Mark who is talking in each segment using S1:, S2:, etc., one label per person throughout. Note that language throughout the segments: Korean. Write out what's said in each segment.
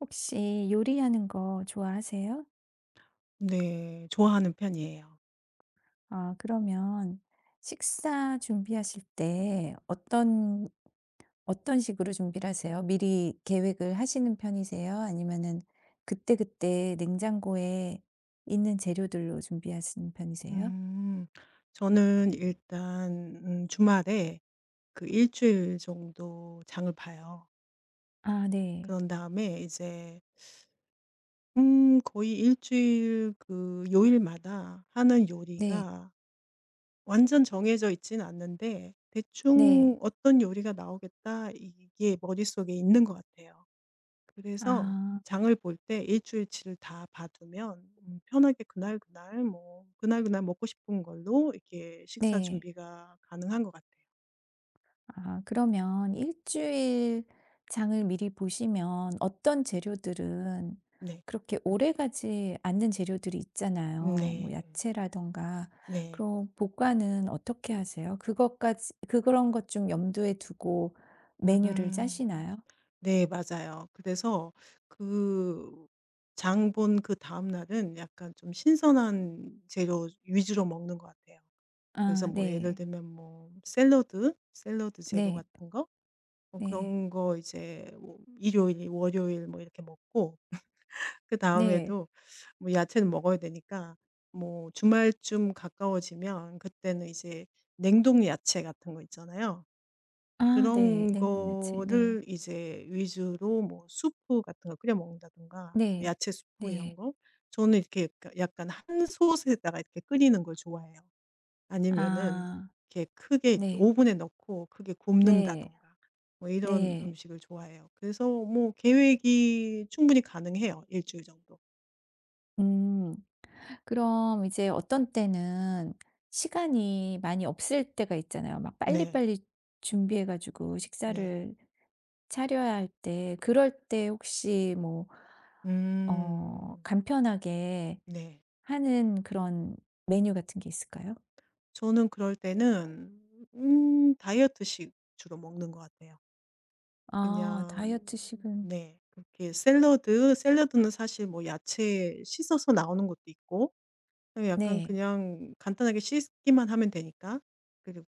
S1: 혹시 요리하는 거 좋아하세요?
S2: 네. 좋아하는 편이에요.
S1: 아, 그러면 식사 준비하실 때 어떤, 어떤 식으로 준비를 하세요? 미리 계획을 하시는 편이세요? 아니면은 그때그때 냉장고에 있는 재료들로 준비하시는 편이세요?
S2: 음. 저는 일단 주말에 그 일 주일 정도 장을 봐요.
S1: 아, 네.
S2: 그런 다음에 이제 거의 일 주일 그 요일마다 하는
S1: 네.
S2: 요리가 완전 정해져 있진 않는데
S1: 네.
S2: 대충 '어떤 요리가 나오겠다.' 이게 머릿속에 있는 것 같아요. 그래서
S1: 아,
S2: 장을 볼 때 일 주일치를 다 봐 두면 편하게 그날그날 뭐 그날그날 먹고 싶은 걸로 이렇게 식사
S1: 네.
S2: 준비가 가능한 것 같아요.
S1: 아 그러면 일 주일 장을 미리 보시면 어떤 재료들은
S2: 네.
S1: 그렇게 오래가지 않는 재료들이 있잖아요. 뭐
S2: 네.
S1: 야채라든가.
S2: 네.
S1: 그럼 보관은 어떻게 하세요? 그것까지 그 그런 것 좀 염두에 두고 메뉴를
S2: 음.
S1: 짜시나요?
S2: 네, 맞아요. 그래서 그 장 본 그다음 날은 약간 좀 신선한 재료 위주로 먹는 것 같아요. 그래서
S1: 아
S2: 뭐 예를
S1: 네.
S2: 들면 뭐 샐러드 재료
S1: 네.
S2: 같은 거 뭐
S1: 네.
S2: 그런 거 이제 뭐 일요일, 월요일 뭐 이렇게 먹고
S1: 네.
S2: 그다음에도 뭐 야채는 먹어야 되니까 뭐 주말쯤 가까워지면 그때는 이제 냉동 야채 같은 거 있잖아요.
S1: 아 네.
S2: 그런
S1: 냉동 야채. 네.
S2: 거를 이제 위주로 뭐 수프 같은 거 끓여 먹는다든가 뭐
S1: 네.
S2: 야채 수프 이런
S1: 네.
S2: 거. 저는 이렇게 약간 한 솥에다가 이렇게 끓이는 걸 좋아해요. 아니면은
S1: 아.
S2: 이렇게 크게 이렇게
S1: 네.
S2: 오븐에 넣고 크게
S1: 네.
S2: 굽는다든가 뭐 이런
S1: 네.
S2: 음식을 좋아해요. 그래서 뭐 계획이 충분히 가능해요. 일 주일 정도.
S1: 음. 그럼 이제 어떤 때는 시간이 많이 없을 때가 있잖아요. 막
S2: 네.
S1: 빨리빨리 준비해 가지고
S2: 네.
S1: 식사를 차려야 할 때, 그럴 때 혹시 뭐,
S2: 음.
S1: 간편하게
S2: 네.
S1: 하는 그런 메뉴 같은 게 있을까요?
S2: 저는 그럴 때는 다이어트식 주로 먹는 것 같아요.
S1: 아,
S2: 그냥
S1: 다이어트식은.
S2: 네. 그렇게 샐러드는 사실 뭐 야채 씻어서 나오는 것도 있고 약간
S1: 네,
S2: 그냥 간단하게 씻기만 하면 되니까.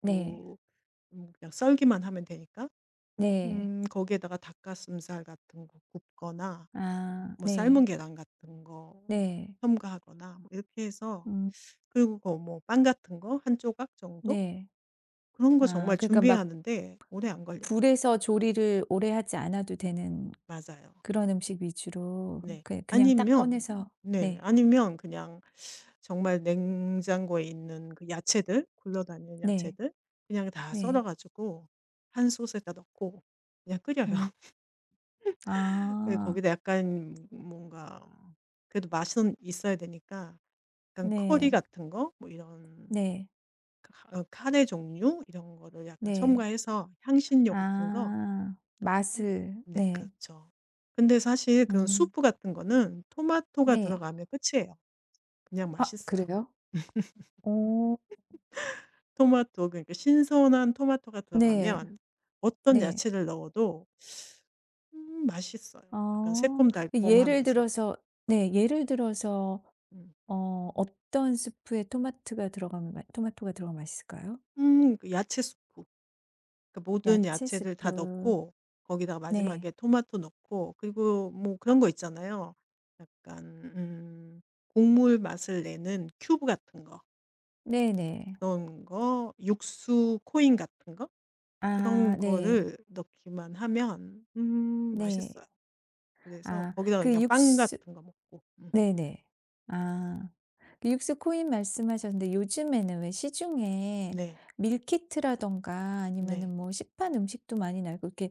S1: 네,
S2: 그냥 썰기만 하면 되니까
S1: 네.
S2: 거기에다가 닭가슴살 같은 거 굽거나
S1: 아,
S2: 뭐 삶은
S1: 네,
S2: 계란 같은 거
S1: 네.
S2: 첨가하거나 뭐 이렇게 해서.
S1: 음,
S2: 그리고 거 뭐 빵 같은 거 한 조각 정도?
S1: 네.
S2: 그런 거
S1: 아,
S2: 정말
S1: 그러니까 막
S2: 준비하는데 오래 안 걸려요.
S1: 불에서 조리를 오래 하지 않아도 되는
S2: 맞아요.
S1: 그런 음식 위주로
S2: 네.
S1: 그 그냥 딱
S2: 아니면
S1: 꺼내서
S2: 네네.
S1: 네.
S2: 아니면 그냥 정말 냉장고에 있는 그 야채들, 굴러다니는
S1: 네.
S2: 야채들 그냥 다 썰어
S1: 네.
S2: 가지고 한 솥에다 넣고 그냥 끓여요.
S1: 음.
S2: 예
S1: 아.
S2: 거기다 약간 뭔가 그래도 맛은 있어야 되니까 약간 커리
S1: 네.
S2: 같은 거 뭐 이런
S1: 네.
S2: 카 어 카레 종류 이런 거를 약간
S1: 네.
S2: 첨가해서 향신료 같은 거.
S1: 아.
S2: 음.
S1: 맛을
S2: 네,
S1: 네.
S2: 그렇죠. 근데 사실 그런
S1: 음.
S2: 수프 같은 거는 토마토가
S1: 네.
S2: 들어가면 끝이에요. 그냥
S1: 아
S2: 맛있어요.
S1: 그래요? 오.
S2: 토마토, 그러니까 신선한 토마토가
S1: 네.
S2: 들어가면 어떤
S1: 네.
S2: 야채를 넣어도 맛있어요. 약간
S1: 어. 예를
S2: 새콤달콤하면서.
S1: 들어서 네. 예를 들어서
S2: 음.
S1: 어 어떤 스프에 토마트가 들어가면 토마토가 들어가면 맛있을까요?
S2: 그 야채 수프. 그 모든
S1: 야채
S2: 야채를 다
S1: 스프.
S2: 넣고 거기다가
S1: 네.
S2: 마지막에 토마토 넣고 그리고 뭐 그런 거 있잖아요. 약간 음 국물 맛을 내는 큐브 같은 거.
S1: 네네.
S2: 그런 거, 육수 코인 같은 거?
S1: 아
S2: 그런
S1: 네.
S2: 거를 넣기만 하면
S1: 네.
S2: 맛있어요. 그래서
S1: 아
S2: 거기다가
S1: 그
S2: 그냥 빵
S1: 육수
S2: 같은 거 먹고. 음.
S1: 네네. 아. 그 육수 코인 말씀하셨는데 요즘에는 왜 시중에
S2: 네.
S1: 밀키트라든가
S2: 네.
S1: 아니면은 뭐 시판 음식도 많이 나고 이렇게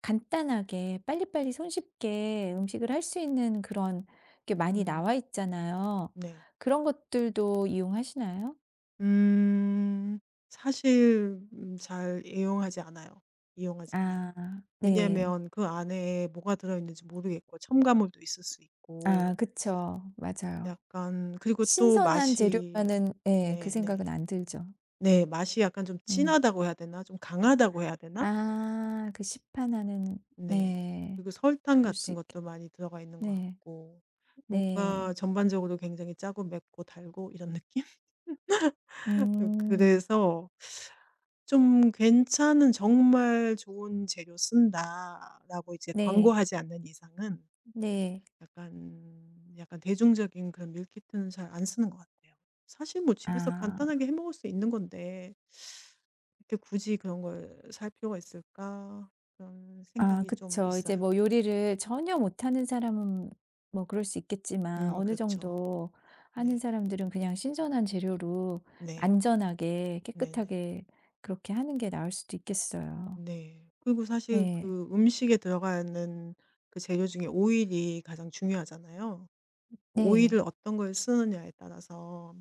S1: 간단하게 빨리빨리 손쉽게 음식을 할 수 있는 그런 게 많이
S2: 음.
S1: 나와 있잖아요.
S2: 네.
S1: 그런 것들도 이용하시나요?
S2: 음. 사실 잘 이용하지 않아요. 이용하지 않아요.
S1: 아 네.
S2: 왜냐면 그 안에 뭐가 들어 있는지 모르겠고 첨가물도 있을 수
S1: 아
S2: 있고
S1: 그쵸. 맞아요.
S2: 약간. 그리고 또
S1: 신선한
S2: 맛이
S1: 재료라는 예 그
S2: 네네.
S1: 생각은
S2: 네.
S1: 안 들죠.
S2: 네, 맛이 약간 좀
S1: 음.
S2: 진하다고 해야 되나? 좀 강하다고 해야 되나?
S1: 아 그 시판하는
S2: 네.
S1: 네.
S2: 그리고 설탕
S1: 그럴 수
S2: 같은
S1: 있겠
S2: 것도 많이 들어가 있는 것
S1: 네.
S2: 같고 뭔가
S1: 네.
S2: 전반적으로 굉장히 짜고 맵고 달고 이런 느낌?
S1: 음.
S2: 그래서 좀 '괜찮은 정말 좋은 재료 쓴다.'라고 이제
S1: 네.
S2: 광고하지 않는 이상은
S1: 네.
S2: 약간 대중적인 그런 밀키트는 잘 안 쓰는 것 같아요. 사실 뭐 집에서
S1: 아.
S2: 간단하게 해 먹을 수 있는 건데 '이렇게 굳이 그런 걸 살 필요가 있을까?' 그런
S1: 아
S2: 생각이 좀
S1: 그쵸. 이제
S2: 있어요.
S1: 뭐 요리를 전혀 못하는 사람은 뭐 그럴 수 있겠지만 어느
S2: 그렇죠.
S1: 정도 하는
S2: 네.
S1: 사람들은 그냥 신선한 재료로
S2: 네.
S1: 안전하게
S2: 네네.
S1: 깨끗하게 그렇게 하는 게 나을 수도 있겠어요.
S2: 네. 그리고 사실
S1: 네.
S2: 그 음식에 들어가는 그 재료 중에 오일이 가장 중요하잖아요. 그 오일을
S1: 네.
S2: 어떤 걸 쓰느냐에 따라서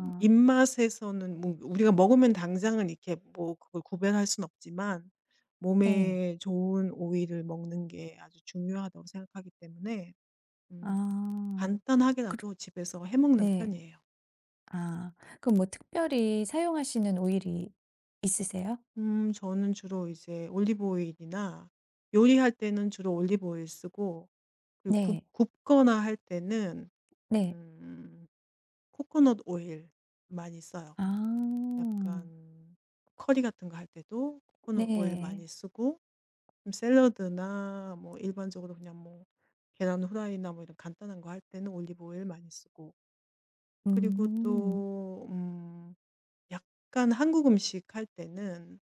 S2: 입맛에서는 뭐 우리가 먹으면 당장은 이렇게 뭐 그걸 구별할 수는 없지만
S1: 네.
S2: 몸에 좋은 오일을 먹는 게 아주 중요하다고 생각하기 때문에 음
S1: 아. 그
S2: 간단하게라도 집에서 해 먹는
S1: 네.
S2: 편이에요.
S1: 아. 그럼 뭐 특별히 사용하시는 오일이 있으세요?
S2: 저는 주로 이제 올리브 오일이나 요리할 때는 주로 올리브 오일 쓰고 그리고 굽
S1: 네.
S2: 굽거나 할 때는
S1: 네.
S2: 음 코코넛 오일 많이 써요.
S1: 아.
S2: 약간 커리 같은 거 할 때도 코코넛 오일
S1: 네.
S2: 많이 쓰고 좀 샐러드나 뭐 일반적으로 그냥 뭐 계란 후라이나 뭐 이런 간단한 거 할 때는 올리브 오일 많이 쓰고 그리고
S1: 음.
S2: 또 약간 한국 음식 할 때는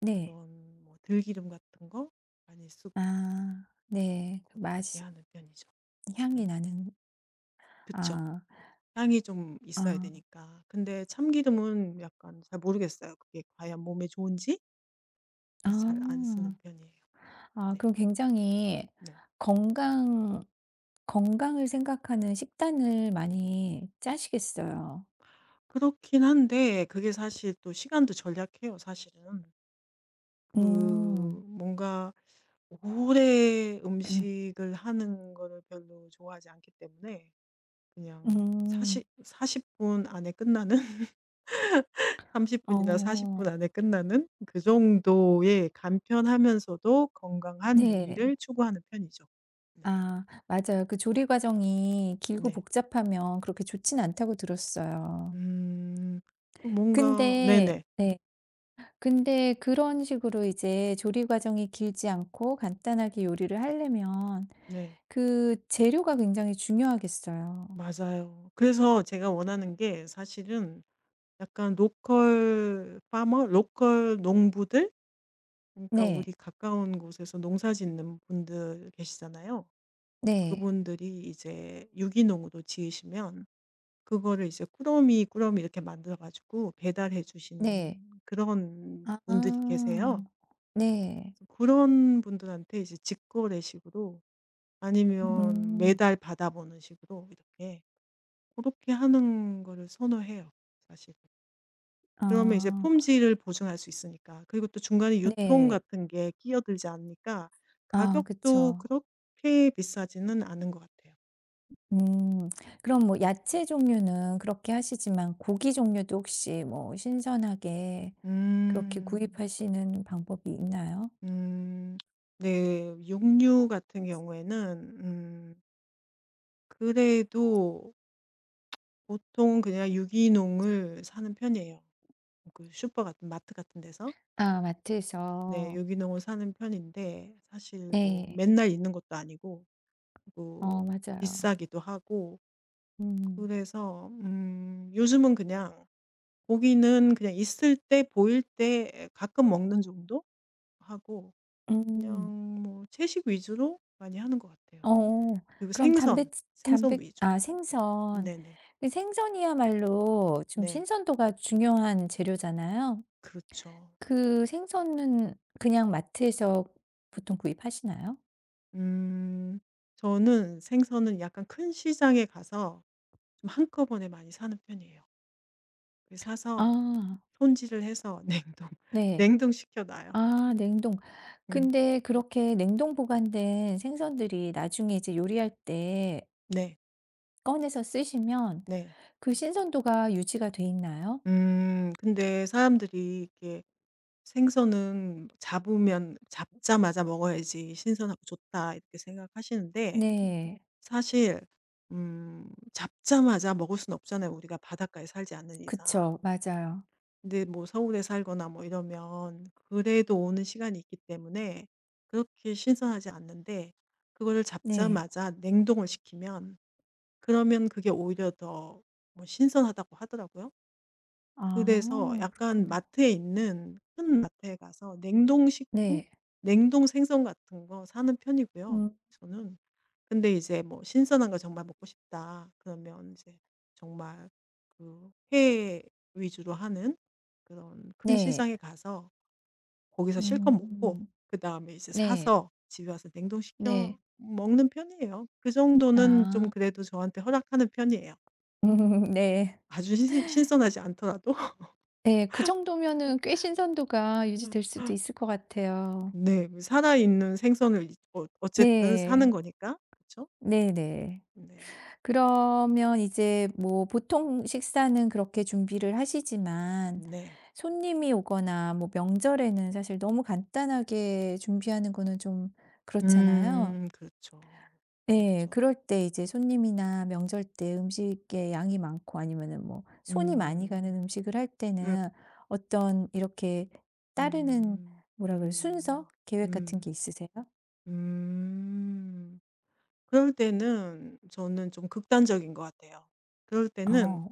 S1: 네.
S2: 그런 뭐 들기름 같은 거 많이 쓰고
S1: 아. 네. 그
S2: 그렇게
S1: 맛이
S2: 하는 편이죠. 음.
S1: 향이 나는
S2: 그쵸?
S1: 아.
S2: 향이 좀 있어야
S1: 아.
S2: 되니까. 근데 참기름은 약간 잘 모르겠어요. 그게 과연 몸에 좋은지? 그래서 잘 안
S1: 아.
S2: 쓰는 편이에요.
S1: 아
S2: 네.
S1: 그럼 굉장히
S2: 네.
S1: 건강 건강을 생각하는 식단을 많이 짜시겠어요.
S2: 그렇긴 한데 그게 사실 또 시간도 절약해요, 사실은. 그
S1: 음.
S2: 뭔가 오래 음식을 하는 거를 별로 좋아하지 않기 때문에 그냥
S1: 음.
S2: 40 40분 안에 끝나는 30 분이나 40
S1: 어.
S2: 분 안에 끝나는 그 정도의 간편하면서도 건강한 요리를
S1: 네.
S2: 추구하는 편이죠. 네.
S1: 아 맞아요. 그 조리 과정이 길고
S2: 네.
S1: 복잡하면 그렇게 좋진 않다고 들었어요.
S2: 음. 그 뭔가
S1: 근데
S2: 네네.
S1: 네. 근데 그런 식으로 이제 조리 과정이 길지 않고 간단하게 요리를 하려면
S2: 네.
S1: 그 재료가 굉장히 중요하겠어요.
S2: 맞아요. 그래서 제가 원하는 게 사실은 약간 로컬 농부들, 그러니까 우리
S1: 네.
S2: 가까운 곳에서 농사 짓는 분들 계시잖아요.
S1: 네.
S2: 그분들이 이제 유기농으로 지으시면 그거를 이제 꾸러미 이렇게 만들어 가지고 배달해 주시는
S1: 네.
S2: 그런 분들이
S1: 아.
S2: 계세요.
S1: 네.
S2: 그래서 그런 분들한테 이제 직거래식으로 아니면
S1: 음.
S2: 매달 받아보는 식으로 이렇게 그렇게 하는 거를 선호해요, 사실은. 그러면 이제
S1: 아.
S2: 품질을 보증할 수 있으니까. 그리고 또 중간에 유통
S1: 네.
S2: 같은 게 끼어들지 않으니까
S1: 아
S2: 가격도
S1: 그쵸.
S2: 그렇게 비싸지는 않은 것 같아요.
S1: 음. 그럼 뭐 야채 종류는 그렇게 하시지만 고기 종류도 혹시 뭐 신선하게 그렇게
S2: 음.
S1: 구입하시는 방법이 있나요?
S2: 음. 네. 육류 같은 경우에는 그래도 보통 그냥 유기농을 사는 편이에요. 그 슈퍼 같은, 마트 같은 데서.
S1: 아
S2: 네.
S1: 마트에서.
S2: 유기농을 사는 편인데 사실 뭐
S1: 네.
S2: 맨날 있는 것도 아니고 뭐
S1: 어 맞아요.
S2: 비싸기도 하고.
S1: 음.
S2: 그래서 요즘은 그냥 고기는 그냥 있을 때, 보일 때 가끔 먹는 정도 하고
S1: 음.
S2: 그냥 뭐 채식 위주로 많이 하는 것 같아요.
S1: 어.
S2: 그리고
S1: 그럼 단백
S2: 생선
S1: 단백
S2: 위주.
S1: 아 생선.
S2: 네네.
S1: 그 생선이야말로 좀
S2: 네.
S1: 신선도가 중요한 재료잖아요.
S2: 그렇죠.
S1: 그 생선은 그냥 마트에서 보통 구입하시나요?
S2: 음. 저는 생선은 약간 큰 시장에 가서 좀 한꺼번에 많이 사는 편이에요. 그 사서
S1: 아.
S2: 손질을 해서 냉동
S1: 네.
S2: 냉동시켜 놔요.
S1: 아 냉동.
S2: 음.
S1: 근데 그렇게 냉동 보관된 생선들이 나중에 이제 요리할 때
S2: 네.
S1: 꺼내서 쓰시면
S2: 네.
S1: 그 신선도가 유지가 돼 있나요?
S2: 음. 근데 사람들이 이렇게 "생선은 잡으면 잡자마자 먹어야지 신선하고 좋다." 이렇게 생각하시는데
S1: 네.
S2: 사실 음 잡자마자 먹을 수는 없잖아요, 우리가 바닷가에 살지 않는 이상.
S1: 그쵸. 맞아요.
S2: 근데 뭐 서울에 살거나 뭐 이러면 그래도 오는 시간이 있기 때문에 그렇게 신선하지 않는데 그거를
S1: 네.
S2: 잡자마자 냉동을 시키면 그러면 그게 오히려 더 뭐 신선하다고 하더라고요. 그래서
S1: 아
S2: 약간
S1: 그렇구나.
S2: 마트에 있는, 큰 마트에 가서 냉동식품,
S1: 네.
S2: 냉동 생선 같은 거 사는 편이고요,
S1: 음
S2: 저는. 근데 이제 뭐 신선한 거 정말 먹고 싶다 그러면 이제 정말 그회 위주로 하는 그런 큰
S1: 네.
S2: 시장에 가서 거기서 실컷
S1: 음
S2: 먹고 그다음에 이제
S1: 네.
S2: 사서 집에 와서 냉동시켜
S1: 네.
S2: 먹는 편이에요. 그 정도는 좀
S1: 아.
S2: 그래도 저한테 허락하는 편이에요.
S1: 네.
S2: 아주 신 신선하지 않더라도.
S1: 네. 그 정도면은 꽤 신선도가 유지될 수도 있을 것 같아요.
S2: 네. 뭐 살아있는 생선을 어쨌든 사는
S1: 네.
S2: 거니까. 그쵸?
S1: 네네.
S2: 네.
S1: 그러면 이제 뭐 보통 식사는 그렇게 준비를 하시지만
S2: 네.
S1: 손님이 오거나 뭐 명절에는 사실 너무 간단하게 준비하는 거는 좀 그렇잖아요.
S2: 그렇죠.
S1: 네,
S2: 그렇죠.
S1: 그럴 때 이제 손님이나 명절 때 음식의 양이 많고 아니면은 뭐 손이 많이
S2: 음.
S1: 가는 음식을 할
S2: 음.
S1: 때는 어떤 이렇게 따르는
S2: 음.
S1: 뭐라 그래 순서?
S2: 음.
S1: 계획 같은
S2: 음.
S1: 게 있으세요?
S2: 음. 그럴 때는 저는 좀 극단적인 것 같아요. 그럴 때는
S1: 어.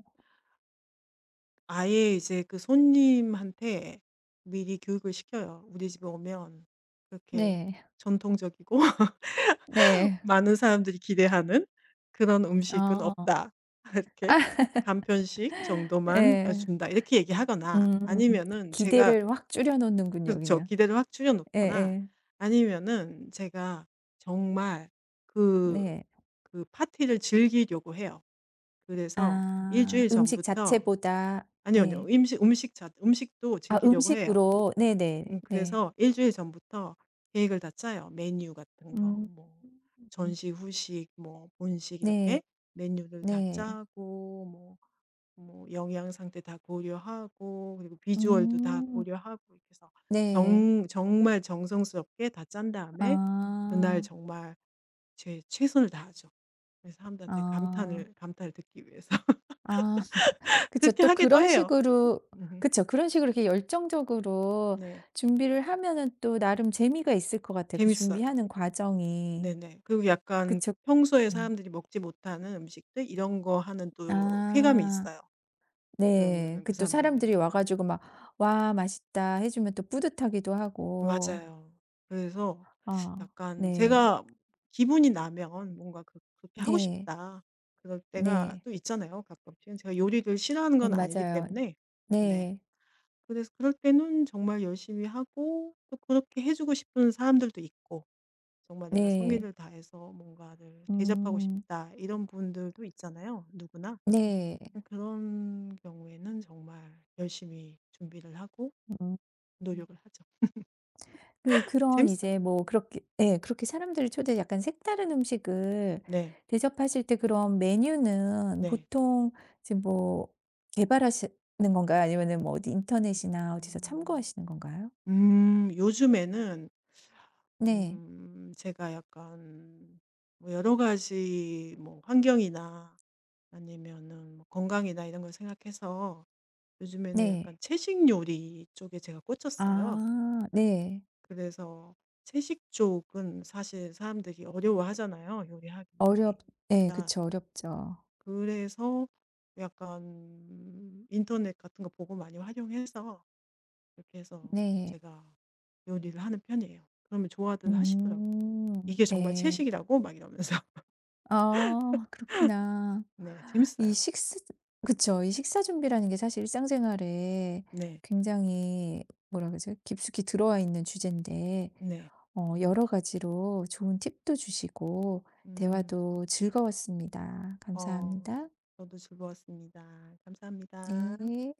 S2: 아예 이제 그 손님한테 미리 교육을 시켜요. 우리 집에 오면 그렇게
S1: 네.
S2: 전통적이고
S1: 네.
S2: 많은 사람들이 기대하는 그런 음식은
S1: 어.
S2: 없다, 이렇게 간편식 정도만
S1: 네.
S2: 준다 이렇게 얘기하거나,
S1: 음.
S2: 아니면은 제가
S1: 기대를 확 줄여 놓는군요
S2: 그
S1: 그냥.
S2: 기대를 확 줄여 놓거나,
S1: 예예.
S2: 아니면은 제가 정말 그
S1: 네.
S2: 그 파티를 즐기려고 해요. 그래서 일
S1: 아
S2: 주일
S1: 음식
S2: 전부터.
S1: 자체보다
S2: 아니요, 아니요.
S1: 네.
S2: 음식도
S1: 아
S2: 즐기려고 해요.
S1: 음식으로 네네. 네.
S2: 그래서 일 주일 전부터 계획을 다 짜요. 메뉴 같은 거,
S1: 음.
S2: 뭐 전식, 후식, 뭐 본식
S1: 네.
S2: 이렇게 메뉴를 다
S1: 네.
S2: 짜고 뭐 뭐 영양 상태 다 고려하고 그리고 비주얼도 다
S1: 음.
S2: 고려하고 이렇게 해서
S1: 네.
S2: 정 정말 정성스럽게 다 짠 다음에 그날
S1: 아.
S2: 정말 제 최선을 다하죠. 그래서 사람들한테
S1: 아.
S2: 감탄을 듣기 위해서.
S1: 아 그쵸.
S2: 그렇게
S1: 또
S2: 하기도
S1: 그런
S2: 해요.
S1: 식으로
S2: 음
S1: 그쵸. 그런 식으로 이렇게 열정적으로
S2: 네.
S1: 준비를 하면은 또 나름 재미가 있을 것 같아요 그
S2: 재밌어요.
S1: 준비하는 과정이.
S2: 네네. 그리고 약간
S1: 그쵸.
S2: 평소에
S1: 네.
S2: 사람들이 먹지 못하는 음식들 이런 거 하는 또 쾌감이
S1: 아.
S2: 있어요.
S1: 네.
S2: 그러면은
S1: 그
S2: 그
S1: 또 사람들이
S2: 사람들이.
S1: 와 가지고 막 "와 맛있다." 해 주면 또 뿌듯하기도 하고.
S2: 맞아요. 그래서
S1: 아
S2: 약간
S1: 네.
S2: 제가 기분이 나면 뭔가 그렇게 하고
S1: 네.
S2: 싶다, 그럴 때가
S1: 네.
S2: 또 있잖아요, 가끔씩은. 제가 요리를 싫어하는 건 아니기
S1: 맞아요.
S2: 때문에. 네.
S1: 네.
S2: 그래서 그럴 때는 정말 열심히 하고 또 그렇게 해 주고 싶은 사람들도 있고, 정말 내가
S1: 네.
S2: 성의를 다해서 뭔가를 대접하고
S1: 음.
S2: 싶다 이런 분들도 있잖아요, 누구나.
S1: 네.
S2: 그런 경우에는 정말 열심히 준비를 하고
S1: 음.
S2: 노력을 하죠.
S1: 그 그런
S2: 재밌어요.
S1: 이제 뭐 그렇게 예 그렇게 사람들을 초대해 약간 색다른 음식을
S2: 네.
S1: 대접하실 때 그런 메뉴는
S2: 네.
S1: 보통 지금 뭐 개발하시는 건가요? 아니면은 뭐 어디 인터넷이나 어디서
S2: 음.
S1: 참고하시는 건가요?
S2: 음, 요즘에는
S1: 네.
S2: 제가 약간 뭐 여러 가지 뭐 환경이나 아니면은 뭐 건강이나 이런 걸 생각해서 요즘에는
S1: 네.
S2: 약간 채식 요리 쪽에 제가 꽂혔어요.
S1: 아 네.
S2: 그래서 채식 쪽은 사실 사람들이 어려워하잖아요, 요리하기.
S1: 어렵 네,
S2: 아,
S1: 그쵸. 어렵죠.
S2: 그래서 약간 인터넷 같은 거 보고 많이 활용해서 이렇게 해서
S1: 네.
S2: 제가 요리를 하는 편이에요. 그러면 좋아들 하시더라고요. "이게 정말
S1: 네.
S2: 채식이라고?" 막 이러면서.
S1: 아 그렇구나.
S2: 네.
S1: 이
S2: 재밌어요.
S1: 식사 그쵸. 이 식사 준비라는 게 사실 일상생활에
S2: 네.
S1: 굉장히 뭐라 그러죠? 깊숙이 들어와 있는 주제인데
S2: 네.
S1: 어 여러 가지로 좋은 팁도 주시고
S2: 음.
S1: 대화도 즐거웠습니다.
S2: 어.
S1: 감사합니다.
S2: 저도 즐거웠습니다. 감사합니다.
S1: 네.